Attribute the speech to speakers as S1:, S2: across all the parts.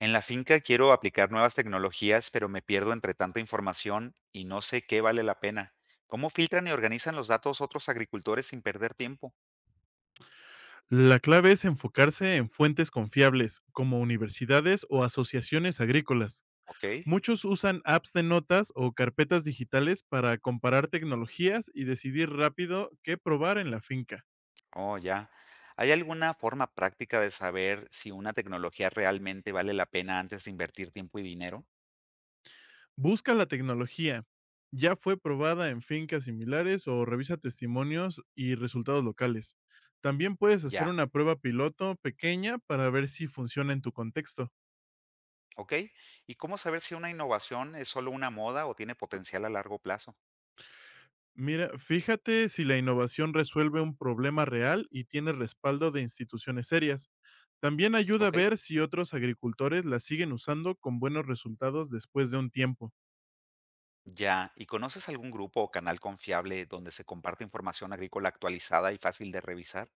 S1: En la finca quiero aplicar nuevas tecnologías, pero me pierdo entre tanta información y no sé qué vale la pena. ¿Cómo filtran y organizan los datos otros agricultores sin perder tiempo?
S2: La clave es enfocarse en fuentes confiables, como universidades o asociaciones agrícolas.
S1: Ok.
S2: Muchos usan apps de notas o carpetas digitales para comparar tecnologías y decidir rápido qué probar en la finca.
S1: Oh, ya. ¿Hay alguna forma práctica de saber si una tecnología realmente vale la pena antes de invertir tiempo y dinero?
S2: Busca la tecnología. Ya fue probada en fincas similares o revisa testimonios y resultados locales. También puedes hacer
S1: Ya.
S2: una prueba piloto pequeña para ver si funciona en tu contexto.
S1: Ok. ¿Y cómo saber si una innovación es solo una moda o tiene potencial a largo plazo?
S2: Mira, fíjate si la innovación resuelve un problema real y tiene respaldo de instituciones serias. También ayuda a
S1: Ok.
S2: ver si otros agricultores la siguen usando con buenos resultados después de un tiempo.
S1: Ya. ¿Y conoces algún grupo o canal confiable donde se comparte información agrícola actualizada y fácil de revisar?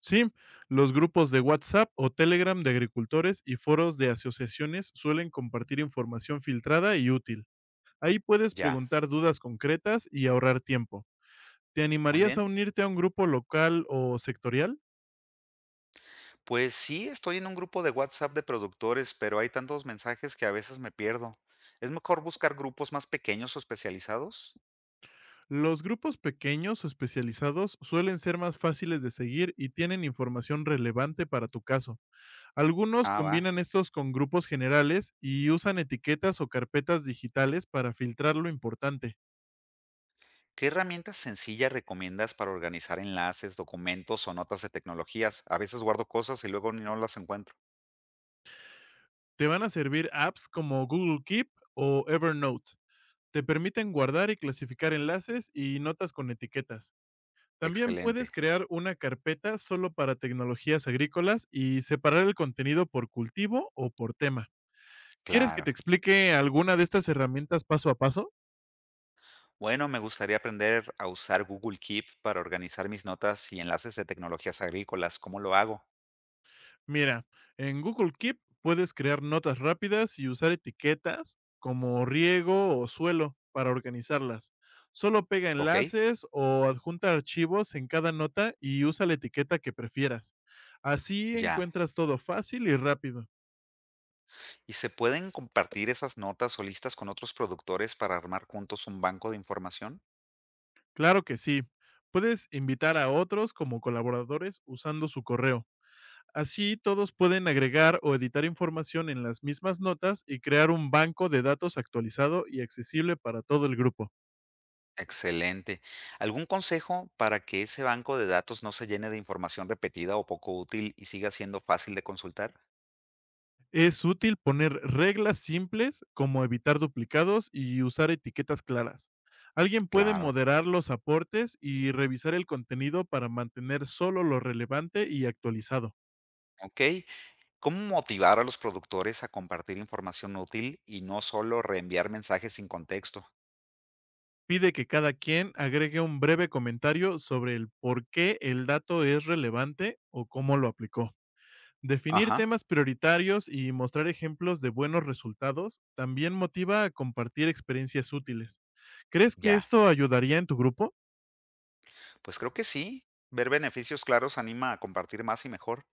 S2: Sí, los grupos de WhatsApp o Telegram de agricultores y foros de asociaciones suelen compartir información filtrada y útil. Ahí puedes
S1: Ya,
S2: preguntar dudas concretas y ahorrar tiempo. ¿Te
S1: muy
S2: animarías a
S1: bien.
S2: unirte a un grupo local o sectorial?
S1: Pues sí, estoy en un grupo de WhatsApp de productores, pero hay tantos mensajes que a veces me pierdo. ¿Es mejor buscar grupos más pequeños o especializados?
S2: Los grupos pequeños o especializados suelen ser más fáciles de seguir y tienen información relevante para tu caso. Algunos
S1: Ah, va.
S2: combinan estos con grupos generales y usan etiquetas o carpetas digitales para filtrar lo importante.
S1: ¿Qué herramientas sencillas recomiendas para organizar enlaces, documentos o notas de tecnologías? A veces guardo cosas y luego no las encuentro.
S2: Te van a servir apps como Google Keep o Evernote. Te permiten guardar y clasificar enlaces y notas con etiquetas. También puedes
S1: Excelente,
S2: crear una carpeta solo para tecnologías agrícolas y separar el contenido por cultivo o por tema. ¿Quieres que te
S1: claro.
S2: explique alguna de estas herramientas paso a paso?
S1: Bueno, me gustaría aprender a usar Google Keep para organizar mis notas y enlaces de tecnologías agrícolas. ¿Cómo lo hago?
S2: Mira, en Google Keep puedes crear notas rápidas y usar etiquetas como riego o suelo para organizarlas. Solo pega
S1: ¿Ok?
S2: enlaces o adjunta archivos en cada nota y usa la etiqueta que prefieras. Así
S1: Ya.
S2: encuentras todo fácil y rápido.
S1: ¿Y se pueden compartir esas notas o listas con otros productores para armar juntos un banco de información?
S2: Claro que sí. Puedes invitar a otros como colaboradores usando su correo. Así todos pueden agregar o editar información en las mismas notas y crear un banco de datos actualizado y accesible para todo el grupo.
S1: Excelente. ¿Algún consejo para que ese banco de datos no se llene de información repetida o poco útil y siga siendo fácil de consultar?
S2: Es útil poner reglas simples como evitar duplicados y usar etiquetas claras. Alguien puede
S1: Claro.
S2: moderar los aportes y revisar el contenido para mantener solo lo relevante y actualizado.
S1: Ok. ¿Cómo motivar a los productores a compartir información útil y no solo reenviar mensajes sin contexto?
S2: Pide que cada quien agregue un breve comentario sobre el por qué el dato es relevante o cómo lo aplicó. Definir
S1: Ajá.
S2: temas prioritarios y mostrar ejemplos de buenos resultados también motiva a compartir experiencias útiles. ¿Crees que
S1: Ya.
S2: esto ayudaría en tu grupo?
S1: Pues creo que sí. Ver beneficios claros anima a compartir más y mejor.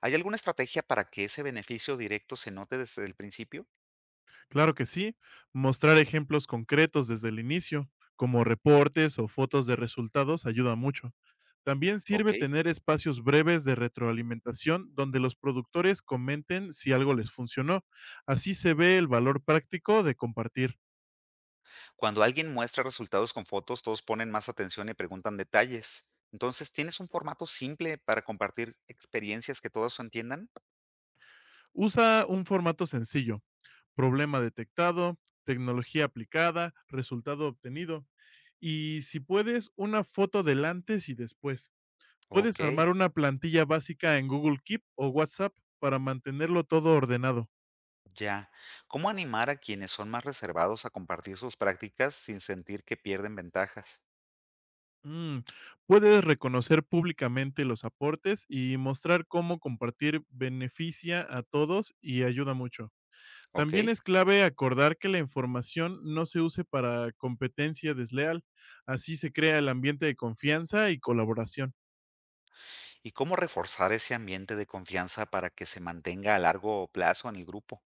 S1: ¿Hay alguna estrategia para que ese beneficio directo se note desde el principio?
S2: Claro que sí. Mostrar ejemplos concretos desde el inicio, como reportes o fotos de resultados, ayuda mucho. También
S1: Ok.
S2: sirve tener espacios breves de retroalimentación donde los productores comenten si algo les funcionó. Así se ve el valor práctico de compartir.
S1: Cuando alguien muestra resultados con fotos, todos ponen más atención y preguntan detalles. Entonces, ¿tienes un formato simple para compartir experiencias que todos entiendan?
S2: Usa un formato sencillo: problema detectado, tecnología aplicada, resultado obtenido. Y si puedes, una foto del antes y después. Puedes
S1: Ok,
S2: armar una plantilla básica en Google Keep o WhatsApp para mantenerlo todo ordenado.
S1: ya. ¿Cómo animar a quienes son más reservados a compartir sus prácticas sin sentir que pierden ventajas?
S2: Mm, Puedes reconocer públicamente los aportes y mostrar cómo compartir beneficia a todos y ayuda mucho.
S1: Ok.
S2: También es clave acordar que la información no se use para competencia desleal, así se crea el ambiente de confianza y colaboración.
S1: ¿Y cómo reforzar ese ambiente de confianza para que se mantenga a largo plazo en el grupo?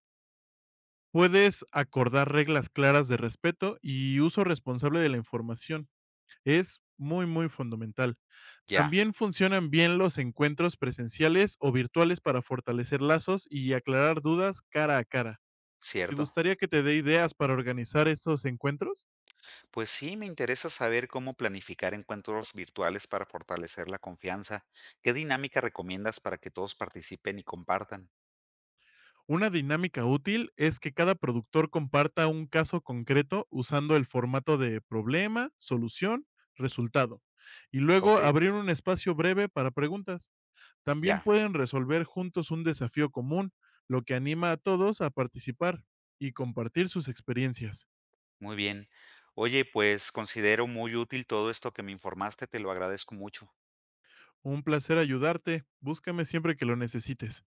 S2: Puedes acordar reglas claras de respeto y uso responsable de la información. Es muy, muy fundamental.
S1: Ya,
S2: También funcionan bien los encuentros presenciales o virtuales para fortalecer lazos y aclarar dudas cara a cara. ¿Te
S1: cierto.
S2: gustaría que te dé ideas para organizar esos encuentros?
S1: Pues sí, me interesa saber cómo planificar encuentros virtuales para fortalecer la confianza. ¿Qué dinámica recomiendas para que todos participen y compartan?
S2: Una dinámica útil es que cada productor comparta un caso concreto usando el formato de problema, solución, resultado. Y luego
S1: Ok,
S2: abrir un espacio breve para preguntas. También
S1: ya,
S2: pueden resolver juntos un desafío común, lo que anima a todos a participar y compartir sus experiencias.
S1: muy bien. Oye, pues considero muy útil todo esto que me informaste, te lo agradezco mucho.
S2: Un placer ayudarte. Búscame siempre que lo necesites.